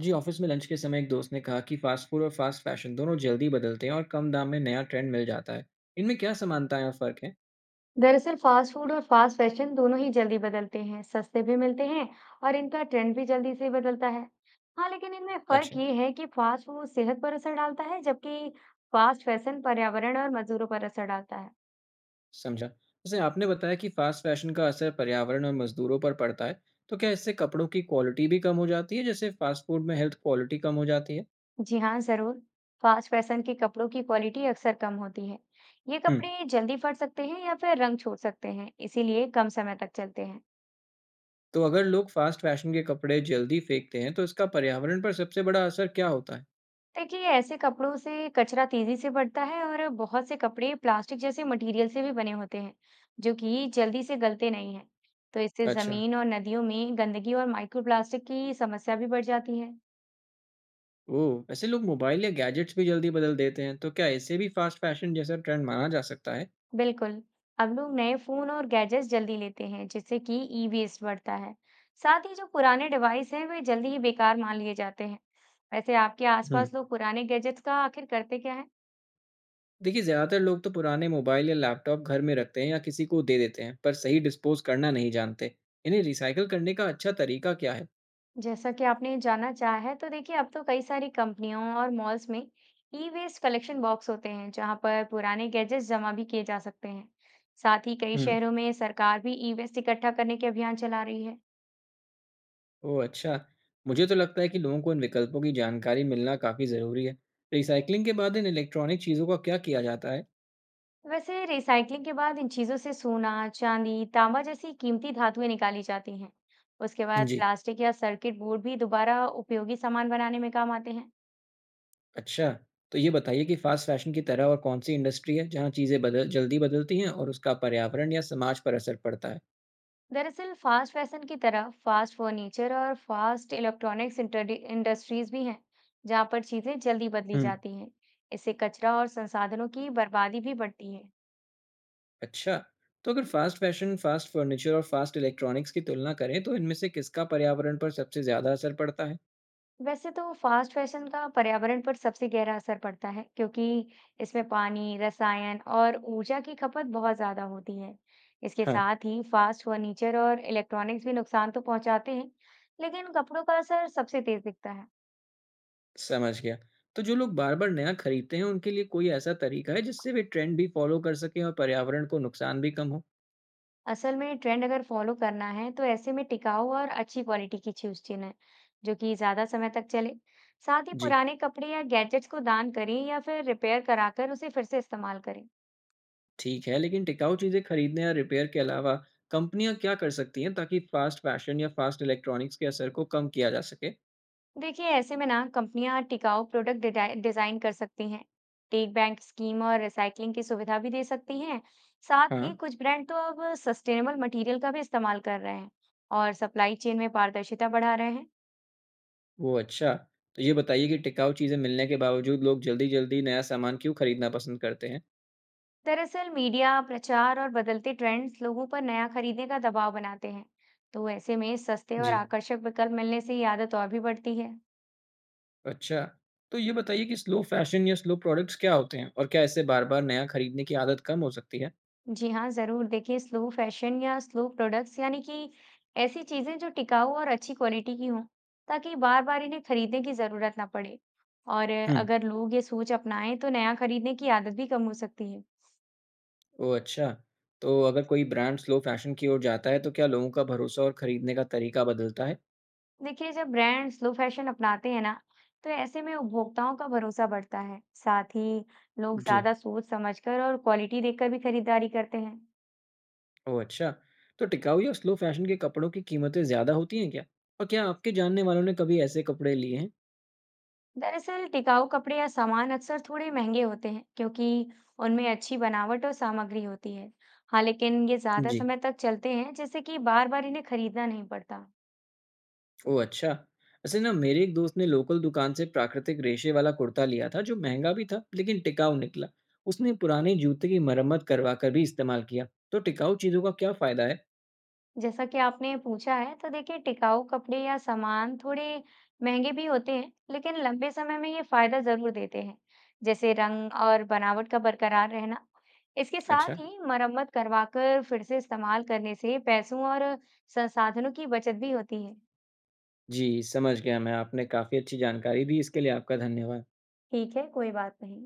जी office में lunch के समय एक दोस्त ने कहा कि फास्ट फूड और फास्ट फैशन दोनों जल्दी बदलते हैं और कम दाम में नया ट्रेंड मिल जाता है। इनमें क्या समानताएं और फर्क हैं? दरअसल फास्ट फूड और फास्ट फैशन दोनों ही जल्दी बदलते हैं, सस्ते भी मिलते हैं और इनका ट्रेंड भी जल्दी से बदलता है। हाँ लेकिन इनमें फर्क अच्छा। ये है कि फास्ट फूड सेहत पर असर डालता है जबकि फास्ट फैशन पर्यावरण और मजदूरों पर असर डालता है। समझा। जैसे आपने बताया कि फास्ट फैशन का असर पर्यावरण और मजदूरों पर पड़ता है, तो क्या इससे कपड़ों की क्वालिटी भी कम हो जाती है, जैसे फास्ट फूड में हेल्थ क्वालिटी कम हो जाती है? जी हाँ, जरूर। फास्ट फैशन के कपड़ों की क्वालिटी अक्सर कम होती है। ये हम्म। कपड़े जल्दी फट सकते हैं या फिर रंग छोड़ सकते हैं, इसीलिए कम समय तक चलते हैं। तो अगर लोग फास्ट फैशन के कपड़े जल्दी फेंकते हैं, तो इसका पर्यावरण पर सबसे बड़ा असर क्या होता है? देखिए, ऐसे कपड़ों से कचरा तेजी से बढ़ता है और बहुत से कपड़े प्लास्टिक जैसे मटेरियल से भी बने होते हैं जो कि जल्दी से गलते नहीं हैं। तो इससे अच्छा। जमीन और नदियों में गंदगी और माइक्रोप्लास्टिक की समस्या भी बढ़ जाती है। ओ, वैसे लोग मोबाइल या गैजेट्स भी जल्दी बदल देते हैं, तो क्या इसे भी फास्ट फैशन जैसा ट्रेंड माना जा सकता है? बिल्कुल। अब लोग नए फोन और गैजेट्स जल्दी लेते हैं जिससे कि ई वेस्ट बढ़ता है। साथ ही जो पुराने डिवाइस हैं वे जल्दी ही बेकार मान लिए जाते हैं। वैसे आपके हम्म। आसपास लोग पुराने गैजेट्स का आखिर करते क्या है? देखिए, ज़्यादातर लोग तो पुराने मोबाइल या लैपटॉप घर में रखते हैं या किसी को दे देते हैं, पर सही डिस्पोज करना नहीं जानते। इन्हें रिसाइकल करने का अच्छा तरीका क्या है? जैसा कि आपने जाना चाहा है तो देखिए, अब तो कई सारी कंपनियों और मॉल्स में ई वेस्ट कलेक्शन बॉक्स होते हैं जहां पर पुराने गैजेट्स जमा भी किए जा सकते हैं। साथ ही कई हम्म। शहरों में सरकार भी ई वेस्ट इकट्ठा करने के अभियान चला रही है। ओह अच्छा। मुझे तो लगता है कि लोगों को इन विकल्पों की जानकारी मिलना काफ़ी ज़रूरी है। रिसाइकलिंग के बाद इन इलेक्ट्रॉनिक चीज़ों का क्या किया जाता है? वैसे रिसाइकलिंग के बाद इन चीजों से सोना, चांदी, तांबा जैसी कीमती धातुएं निकाली जाती हैं। उसके बाद जी। प्लास्टिक या सर्किट बोर्ड भी दोबारा उपयोगी सामान बनाने में काम आते हैं। अच्छा। तो ये बताइए कि फास्ट फैशन की तरह और कौन सी इंडस्ट्री है जहाँ चीज़ें बदल जल्दी बदलती हैं और उसका पर्यावरण या समाज पर असर पड़ता है? दरअसल फास्ट फैशन की तरह फास्ट फर्नीचर और फास्ट इलेक्ट्रॉनिक्स इंडस्ट्रीज भी हैं जहां पर चीजें जल्दी बदली हम्म। जाती हैं। इससे कचरा और संसाधनों की बर्बादी भी बढ़ती है। अच्छा, तो अगर फास्ट फैशन, फास्ट फर्नीचर और फास्ट इलेक्ट्रॉनिक्स की तुलना करें, तो इनमें से किसका पर्यावरण पर सबसे ज़्यादा असर पड़ता है? वैसे तो फास्ट फैशन का पर्यावरण पर सबसे गहरा असर पड़ता है क्योंकि इसमें पानी, रसायन और ऊर्जा की खपत बहुत ज्यादा होती है। इसके हाँ, साथ ही फास्ट फर्नीचर और इलेक्ट्रॉनिक्स भी नुकसान तो पहुंचाते हैं, लेकिन कपड़ों का असर सबसे तेज दिखता है। समझ गया। तो जो लोग बार-बार नया खरीदते हैं, उनके लिए कोई ऐसा तरीका है जिससे वे ट्रेंड भी फॉलो कर सकें और पर्यावरण को नुकसान भी कम हो? असल में ट्रेंड अगर फॉलो करना है तो ऐसे में टिकाऊ और अच्छी क्वालिटी की चीज चुनें जो कि ज्यादा समय तक चले। साथ ही जी, पुराने कपड़े या गैजेट्स को दान करें या फिर रिपेयर कराकर उसे फिर से इस्तेमाल करें। ठीक है, लेकिन टिकाऊ चीज़ें खरीदने या रिपेयर के अलावा कंपनियां क्या कर सकती हैं ताकि फास्ट फैशन या फास्ट इलेक्ट्रॉनिक्स के असर को कम किया जा सके? देखिए ऐसे में ना, कंपनियां टिकाऊ प्रोडक्ट डिजाइन कर सकती हैं, टेक बैंक स्कीम और रिसाइकलिंग की सुविधा भी दे सकती हैं। साथ ही हाँ, कुछ ब्रांड तो अब सस्टेनेबल मटेरियल का भी इस्तेमाल कर रहे हैं और सप्लाई चेन में पारदर्शिता बढ़ा रहे हैं। वो अच्छा। तो ये बताइए कि टिकाऊ चीज़ें मिलने के बावजूद लोग जल्दी-जल्दी नया सामान क्यों खरीदना पसंद करते हैं? दरअसल मीडिया, प्रचार और बदलते ट्रेंड्स लोगों पर नया खरीदने का दबाव बनाते हैं। तो ऐसे में सस्ते और जी, आकर्षक विकल्प मिलने से ये आदत और भी बढ़ती है। अच्छा। तो ये बताइए कि स्लो फ़ैशन या स्लो प्रोडक्ट्स क्या होते हैं? और क्या इससे बार-बार नया खरीदने की आदत कम हो सकती है? जी हाँ, जरूर। देखिए, स्लो फैशन या स्लो प्रोडक्ट्स यानी कि ऐसी चीजें जो टिकाऊ और अच्छी क्वालिटी की हों, ताकि बार-बार इन्हें खरीदने की जरूरत ना पड़े। और हुँ, अगर लोग ये सोच अपनाएं तो नया खरीदने की आदत भी कम हो सकती है। ओह अच्छा। तो अगर कोई ब्रांड स्लो फ़ैशन की ओर जाता है, तो क्या लोगों का भरोसा और खरीदने का तरीका बदलता है? देखिए, जब ब्रांड स्लो फैशन अपनाते हैं ना, तो ऐसे में उपभोक्ताओं का भरोसा बढ़ता है। साथ ही लोग जी, ज्यादा सोच समझकर और क्वालिटी देखकर भी खरीदारी करते हैं। ओह अच्छा। तो टिकाऊ या स्लो फ़ैशन के कपड़ों की कीमतें ज़्यादा होती हैं क्या? और क्या आपके जानने वालों ने कभी ऐसे कपड़े लिए हैं? दरअसल टिकाऊ कपड़े या सामान अक्सर थोड़े महंगे होते हैं क्योंकि उनमें अच्छी बनावट और सामग्री होती है। हाँ लेकिन ये ज्यादा जी। समय तक चलते हैं, जैसे कि बार बार इन्हें खरीदना नहीं पड़ता। ओह अच्छा! वैसे ना मेरे एक दोस्त ने लोकल दुकान से प्राकृतिक रेशे वाला कुर्ता लिया था जो महंगा भी था लेकिन टिकाऊ निकला। उसने पुराने जूते की मरम्मत करवा कर भी इस्तेमाल किया। तो टिकाऊ चीज़ों का क्या फ़ायदा है? जैसा कि आपने पूछा है तो देखिए, टिकाऊ कपड़े या सामान थोड़े महंगे भी होते हैं लेकिन लंबे समय में ये फायदा जरूर देते हैं, जैसे रंग और बनावट का बरकरार रहना। इसके अच्छा। साथ ही मरम्मत करवाकर फिर से इस्तेमाल करने से पैसों और संसाधनों की बचत भी होती है। जी, समझ गया मैं। आपने काफ़ी अच्छी जानकारी दी, इसके लिए आपका धन्यवाद। ठीक है, कोई बात नहीं।